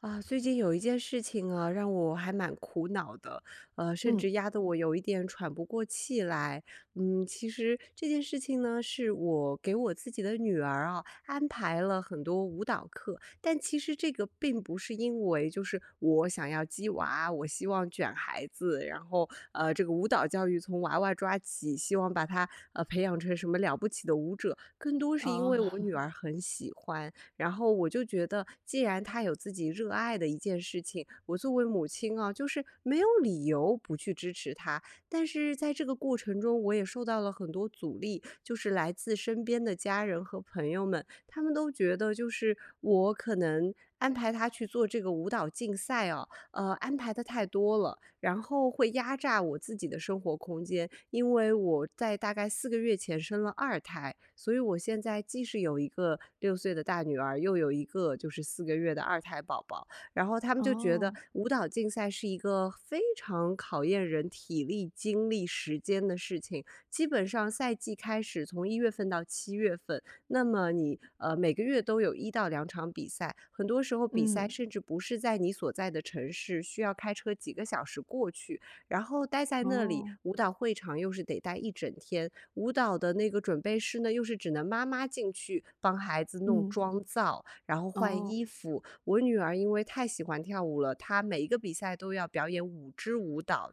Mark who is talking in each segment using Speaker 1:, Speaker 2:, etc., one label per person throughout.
Speaker 1: 啊，最近有一件事情啊，让我还蛮苦恼的，甚
Speaker 2: 嗯，
Speaker 1: 至压得我有一点喘不过气来。嗯，其实这件事情呢，是我给我自己的女儿啊安排了很多舞蹈课，但其实这个并不是因为就是我想要鸡娃，我希望卷孩子，然后这个舞蹈教育从娃娃抓起，希望把她培养成什么了不起的舞者，更多是因为
Speaker 2: 啊
Speaker 1: 我女 儿很喜欢。然后我就觉得，既然他有自己热爱的一件事情，我作为母亲啊，就是没有理由不去支持他。但是在这个过程中，我也受到了很多阻力，就是来自身边的家人和朋友们，他们都觉得就是我可能安排他去做这个舞蹈竞赛哦，安排的太多了。然后会压榨我自己的生活空间。因为我在大概4个月前生了二胎，所以我现在既是有一个6岁的大女儿，又有一个就是四个月的二胎宝宝。然后他们就觉得
Speaker 2: 哦，
Speaker 1: 舞蹈竞赛是一个非常考验人体力、精力、时间的事情，基本上赛季开始从1月份到7月份，那么你每个月都有1到2场比赛，很多时候比赛
Speaker 2: 嗯，
Speaker 1: 甚至不是在你所在的城市，需要开车几个小时过去，然后待在那里，
Speaker 2: 哦，
Speaker 1: 舞蹈会场又是得待一整天，舞蹈的那个准备室呢，又是只能妈妈进去帮孩子弄
Speaker 2: 嗯，
Speaker 1: 妆造，然后换
Speaker 2: 哦，
Speaker 1: 衣服。我女儿因为太喜欢跳舞了，她每一个比赛都要表演5支舞蹈，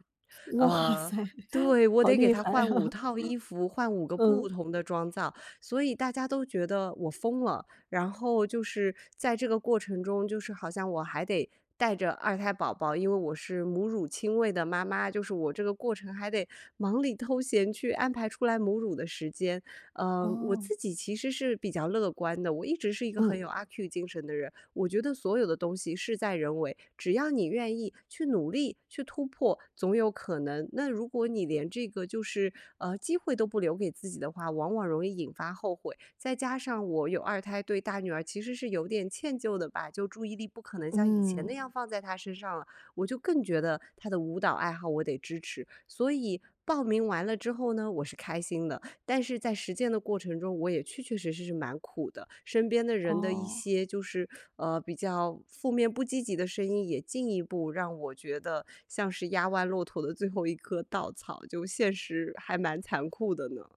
Speaker 2: 哇
Speaker 1: 呃，
Speaker 2: 塞，
Speaker 1: 对，我
Speaker 2: 好
Speaker 1: 得给
Speaker 2: 厉
Speaker 1: 他
Speaker 2: 害啊，
Speaker 1: 换5套 衣服，换5个不
Speaker 2: 嗯，
Speaker 1: 同的妆造，所以大家都觉得我疯了。然后就是在这个过程中，就是好像我还得带着二胎宝宝，因为我是母乳亲喂的妈妈，就是我这个过程还得忙里偷闲去安排出来母乳的时间，嗯，我
Speaker 2: 哦，
Speaker 1: 自己其实是比较乐观的，我一直是一个
Speaker 2: 嗯，
Speaker 1: 很有阿 Q 精神的人。我觉得所有的东西事在人为，只要你愿意去努力、去突破，总有可能。那如果你连这个就是机会都不留给自己的话，往往容易引发后悔。再加上我有二胎，对大女儿其实是有点歉疚的吧，就注意力不可能像以前
Speaker 2: 嗯，
Speaker 1: 那样放在她身上了。我就更觉得她的舞蹈爱好我得支持，所以报名完了之后呢，我是开心的。但是在实践的过程中，我也确确实实是蛮苦的，身边的人的一
Speaker 2: 哦。
Speaker 1: 些就是，比较负面不积极的声音，也进一步让我觉得像是压弯骆驼的最后一棵稻草，就现实还蛮残酷的呢。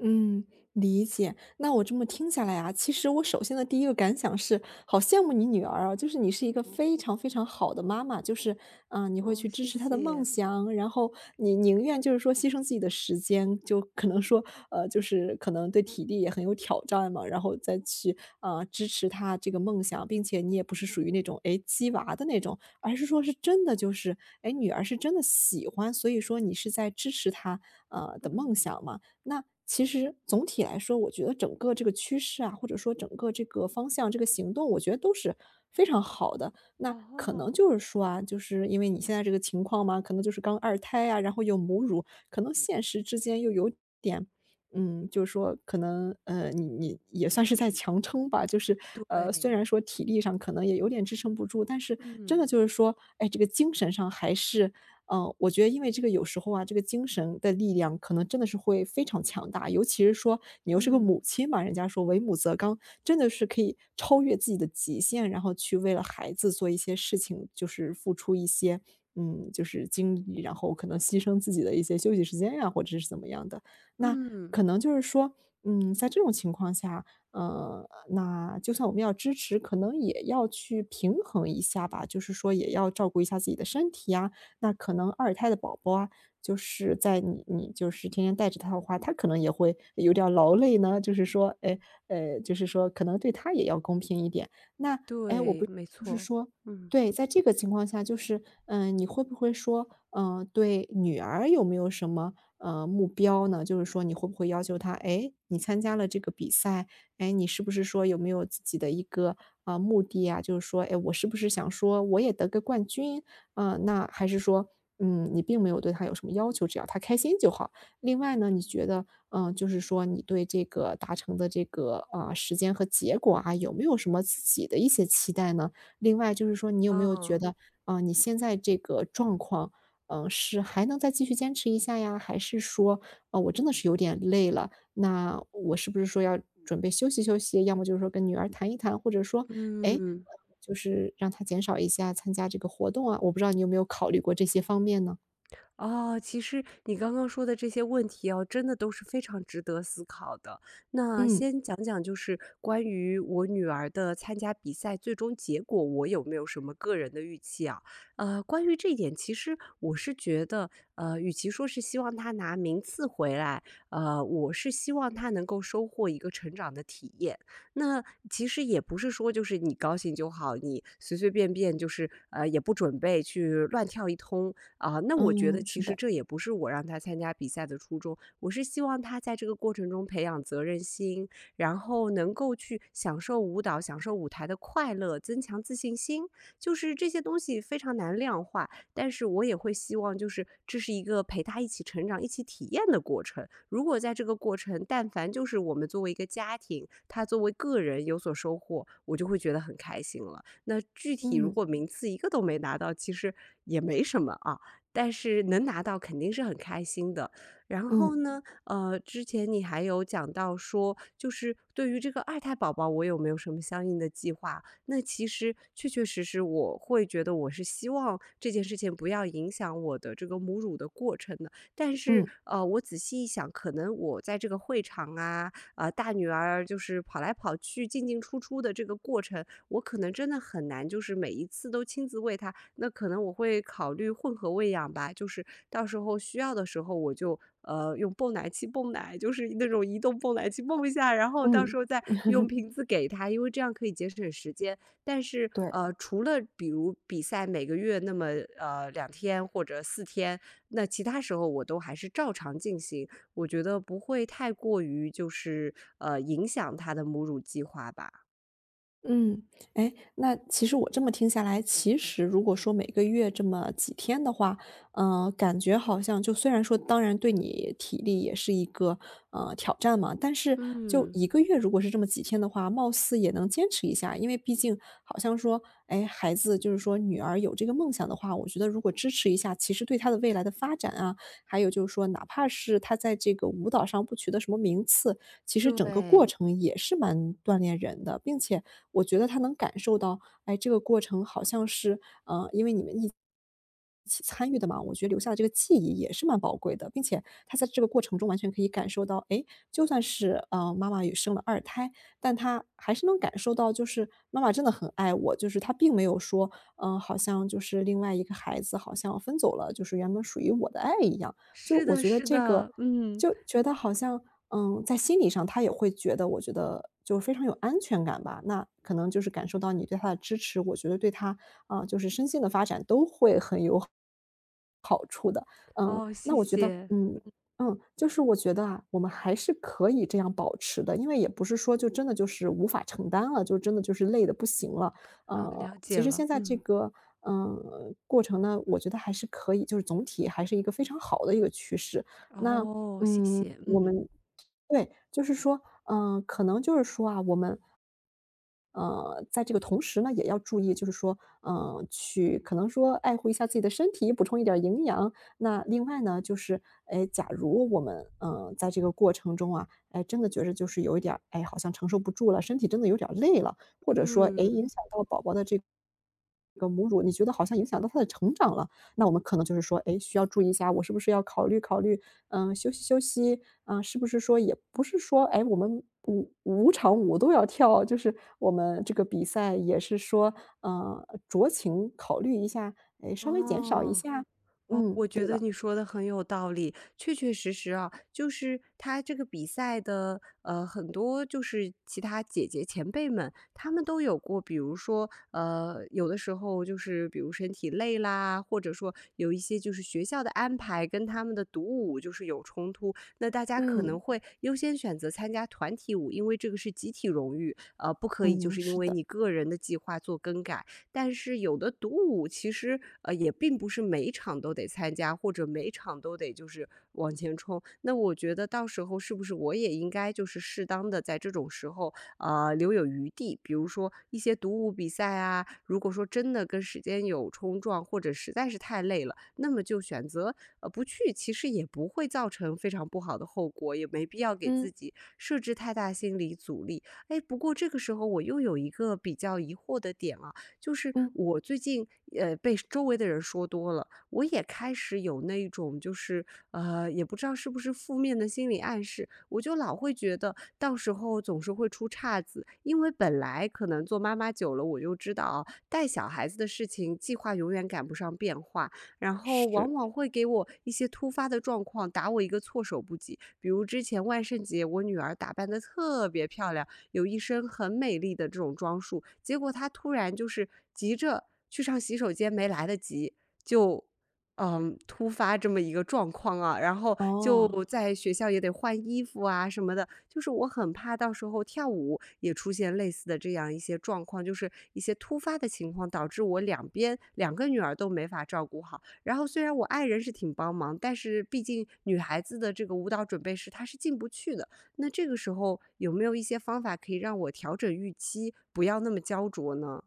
Speaker 2: 嗯，理解。那我这么听下来啊，其实我首先的第一个感想是，好羡慕你女儿啊，就是你是一个非常非常好的妈妈，就是，你会
Speaker 1: 哦，
Speaker 2: 去支
Speaker 1: 谢
Speaker 2: 持她的梦
Speaker 1: 谢。
Speaker 2: 想，然后你宁愿就是说牺牲自己的时间，就可能说，就是可能对体力也很有挑战嘛，然后再去支持她这个梦想，并且你也不是属于那种诶鸡娃的那种，而是说是真的就是，诶女儿是真的喜欢，所以说你是在支持她的梦
Speaker 1: 嗯，
Speaker 2: 想嘛。那其实总体来说，我觉得整个这个趋势啊，或者说整个这个方向、这个行动，我觉得都是非常好的。那可
Speaker 1: 哦。
Speaker 2: 能就是说啊，就是因为你现在这个情况嘛，可能就是刚二胎啊，然后有母乳，可能现实之间又有点，就是说可能你也算是在强撑吧，就是虽
Speaker 1: 对。
Speaker 2: 然说体力上可能也有点支撑不住，但是真
Speaker 1: 嗯，
Speaker 2: 的就是说，哎，这个精神上还是我觉得因为这个有时候啊，这个精神的力量可能真的是会非常强大，尤其是说你又是个母
Speaker 1: 嗯，
Speaker 2: 亲嘛，人家说"为母则刚"，真的是可以超越自己的极限，然后去为了孩子做一些事情，就是付出一些，就是精力，然后可能牺牲自己的一些休息时间呀，或者是怎么样的。那
Speaker 1: 嗯，
Speaker 2: 可能就是说，在这种情况下，呃，那就算我们要支持，可能也要去平衡一下吧，就是说也要照顾一下自己的身体呀，那可能二胎的宝宝啊，就是在你就是天天带着他的话，他可能也会有点儿劳累呢，就是说，哎，就是说可能对他也要公平一点。那
Speaker 1: 对，没
Speaker 2: 就是
Speaker 1: 错，
Speaker 2: 说
Speaker 1: 嗯。
Speaker 2: 对，在这个情况下，就是，你会不会说，对女儿有没有什么，目标呢？就是说你会不会要求她，哎，你参加了这个比赛，哎，你是不是说有没有自己的一个目的啊？就是说，哎，我是不是想说我也得个冠军？啊，那还是说，你并没有对她有什么要求，只要她开心就好。另外呢，你觉得，就是说你对这个达成的这个时间和结果啊，有没有什么自己的一些期待呢？另外就是说，你有没有
Speaker 1: 啊
Speaker 2: 觉得，啊，你现在这个状况，是还能再继续坚持一下呀？还是说，啊，我真的是有点累了，那我是不是说要准备休息休息？要么就是说跟女儿谈一谈，或者说，哎，
Speaker 1: 嗯。
Speaker 2: 就是让她减少一下参加这个活动啊，我不知道你有没有考虑过这些方面呢？
Speaker 1: 哦，其实你刚刚说的这些问题哦，真的都是非常值得思考的。那
Speaker 2: 嗯，
Speaker 1: 先讲讲，就是关于我女儿的参加比赛最终结果，我有没有什么个人的预期啊？关于这一点，其实我是觉得，与其说是希望她拿名次回来，我是希望她能够收获一个成长的体验。那其实也不是说就是你高兴就好，你随随便便就是也不准备去乱跳一通。啊，那我觉得
Speaker 2: 嗯。
Speaker 1: 其
Speaker 2: 是
Speaker 1: 实
Speaker 2: 的。
Speaker 1: 这也不是我让他参加比赛的初衷，我是希望他在这个过程中培养责任心，然后能够去享受舞蹈、享受舞台的快乐，增强自信心。就是这些东西非常难量化，但是我也会希望，就是这是一个陪他一起成长、一起体验的过程。如果在这个过程，但凡就是我们作为一个家庭，他作为个人有所收获，我就会觉得很开心了。那具体如
Speaker 2: 嗯，
Speaker 1: 果名次一个都没拿到，其实也没什么啊。但是能拿到肯定是很开心的。然
Speaker 2: 嗯，
Speaker 1: 后呢，之前你还有讲到说，就是对于这个二胎宝宝，我有没有什么相应的计划？那其实确确实实，我会觉得我是希望这件事情不要影响我的这个母乳的过程的。但是，
Speaker 2: 嗯，
Speaker 1: 我仔细一想，可能我在这个会场啊，大女儿就是跑来跑去、进进出出的这个过程，我可能真的很难，就是每一次都亲自喂她。那可能我会考虑混合喂养吧，就是到时候需要的时候我就用泵奶器泵奶，就是那种移动泵奶器泵一下，然后到时
Speaker 2: 嗯。
Speaker 1: 候再用瓶子给她，因为这样可以节省时间。但是
Speaker 2: 对。
Speaker 1: 除了比如比赛每个月那么2天或者4天，那其他时候我都还是照常进行。我觉得不会太过于就是影响他的母乳计划吧。
Speaker 2: 嗯，哎，那其实我这么听下来，其实如果说每个月这么几天的话，感觉好像就虽然说当然对你体力也是一个，挑战嘛，但是就
Speaker 1: 嗯，
Speaker 2: 一个月如果是这么几天的话，貌似也能坚持一下。因为毕竟好像说，哎，孩子就是说女儿有这个梦想的话，我觉得如果支持一下，其实对她的未来的发展啊，还有就是说哪怕是她在这个舞蹈上不取得什么名次，其实整个过
Speaker 1: 对，
Speaker 2: 程也是蛮锻炼人的。并且我觉得他能感受到，哎，这个过程好像是，因为你们一起参与的嘛，我觉得留下的这个记忆也是蛮宝贵的，并且他在这个过程中完全可以感受到，哎，就算是，妈妈也生了二胎，但他还是能感受到，就是妈妈真的很爱我，就是他并没有说，好像就是另外一个孩子好像分走了，就是原本属于我的爱一样。就
Speaker 1: 是
Speaker 2: 我
Speaker 1: 的，
Speaker 2: 觉得
Speaker 1: 是
Speaker 2: 这个
Speaker 1: 的，嗯，
Speaker 2: 就觉得好像，在心理上他也会觉得，我觉得就是非常有安全感吧。那可能就是感受到你对他的支持，我觉得对他，就是身心的发展都会很有，嗯，
Speaker 1: 哦，谢谢，
Speaker 2: 嗯，嗯，就是我觉得啊，我们还是可以这样保持的，因为也不是说就真的就是无法承担了，就真的就是累得不行了。
Speaker 1: 哦，了解
Speaker 2: 其实
Speaker 1: 了，
Speaker 2: 现在这
Speaker 1: 嗯，
Speaker 2: 个，过程呢，我觉得还是可以，就是总体还是一个非常好的一个趋势。那，
Speaker 1: 哦，谢谢，
Speaker 2: 我
Speaker 1: 嗯
Speaker 2: 们对，就是说，可能就是说啊，我们在这个同时呢，也要注意，就是说，去可能说爱护一下自己的身体，补充一点儿营养。那另外呢，就是，哎，假如我们，在这个过程中啊，哎，真的觉着就是有一点儿，哎，好像承受不住了，身体真的有点儿累了，或者说，哎，
Speaker 1: 嗯，
Speaker 2: 影响到宝宝的这个母乳，你觉得好像影响到他的成长了，那我们可能就是说，哎，需要注意一下，我是不是要考虑考虑，休息休息，嗯，是不是说也不是说，哎，我们五场舞都要跳，就是我们这个比赛也是说，酌情考虑一下，哎，稍微减少一
Speaker 1: 哦。
Speaker 2: 下，
Speaker 1: 哦，
Speaker 2: 嗯，
Speaker 1: 我觉得你说的很有道理，确确实实啊，就是他这个比赛的，很多就是其他姐姐前辈们，他们都有过，比如说，有的时候就是比如身体累啦，或者说有一些就是学校的安排跟他们的独舞就是有冲突，那大家可
Speaker 2: 嗯，
Speaker 1: 能会优先选择参加团体舞，因为这个是集体荣誉，不可以就
Speaker 2: 嗯，
Speaker 1: 是因
Speaker 2: 是
Speaker 1: 为
Speaker 2: 的，
Speaker 1: 你个人的计划做更改。但是有的独舞其实，也并不是每一场都得参加，或者每一场都得就是往前冲。那我觉得到时候是不是我也应该就是适当的在这种时候，留有余地，比如说一些独舞比赛啊，如果说真的跟时间有冲撞，或者实在是太累了，那么就选择，不去，其实也不会造成非常不好的后果，也没必要给自
Speaker 2: 嗯，
Speaker 1: 己设置太大心理阻力。哎，不过这个时候我又有一个比较疑惑的点啊，就是
Speaker 2: 嗯，
Speaker 1: 我最近被周围的人说多了，我也开始有那一种就是也不知道是不是负面的心理暗示，我就老会觉得到时候总是会出岔子，因为本来可能做妈妈久了，我就知道啊带小孩子的事情计划永远赶不上变化，然后往
Speaker 2: 是，
Speaker 1: 往会给我一些突发的状况打我一个措手不及，比如之前万圣节我女儿打扮的特别漂亮。有一身很美丽的这种装束，结果她突然就是急着去上洗手间，没来得及，就突发这么一个状况啊，然后就
Speaker 2: 哦。
Speaker 1: 在学校也得换衣服啊什么的，就是我很怕到时候跳舞也出现类似的这样一些状况，就是一些突发的情况导致我两边两个女儿都没法照顾好。然后虽然我爱人是挺帮忙，但是毕竟女孩子的这个舞蹈准备室她是进不去的，那这个时候有没有一些方法可以让我调整预期，不要那么焦灼呢？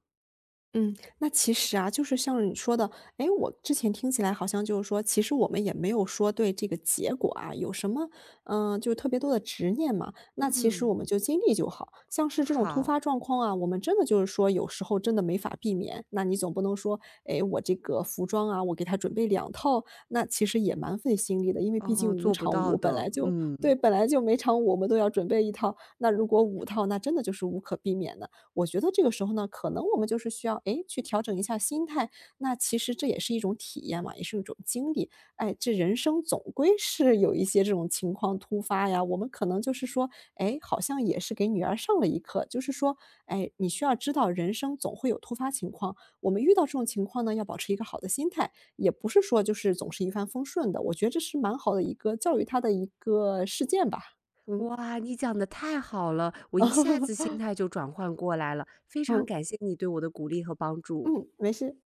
Speaker 2: 嗯，那其实啊，就是像你说的，哎，我之前听起来好像就是说，其实我们也没有说对这个结果啊有什么，就是特别多的执念嘛。那其实
Speaker 1: 嗯。
Speaker 2: 我们就尽力就好，像是这种突
Speaker 1: 好，
Speaker 2: 发状况啊，我们真的就是说有时候真的没法避免。那你总不能说，哎，我这个服装啊，我给他准备两套，那其实也蛮费心力的，因为毕竟
Speaker 1: 哦，
Speaker 2: 五
Speaker 1: 做不
Speaker 2: 场
Speaker 1: 到
Speaker 2: 舞本
Speaker 1: 的，
Speaker 2: 来就
Speaker 1: 嗯。
Speaker 2: 对，本来就每场舞我们都要准备一套，那如果五套，那真的就是无可避免的。我觉得这个时候呢，可能我们就是需要，诶，去调整一下心态，那其实这也是一种体验嘛，也是一种经历。哎，这人生总归是有一些这种情况突发呀，我们可能就是说，哎，好像也是给女儿上了一课，就是说，哎，你需要知道人生总会有突发情况，我们遇到这种情况呢，要保持一个好的心态，也不是说就是总是一帆风顺的，我觉得这是蛮好的一个教育她的一个事件吧。嗯，
Speaker 1: 哇，你讲的太好了，我一下子心 态就转换过来了，非常
Speaker 2: 嗯，
Speaker 1: 感谢你对我的鼓励和帮助。
Speaker 2: 嗯，没事。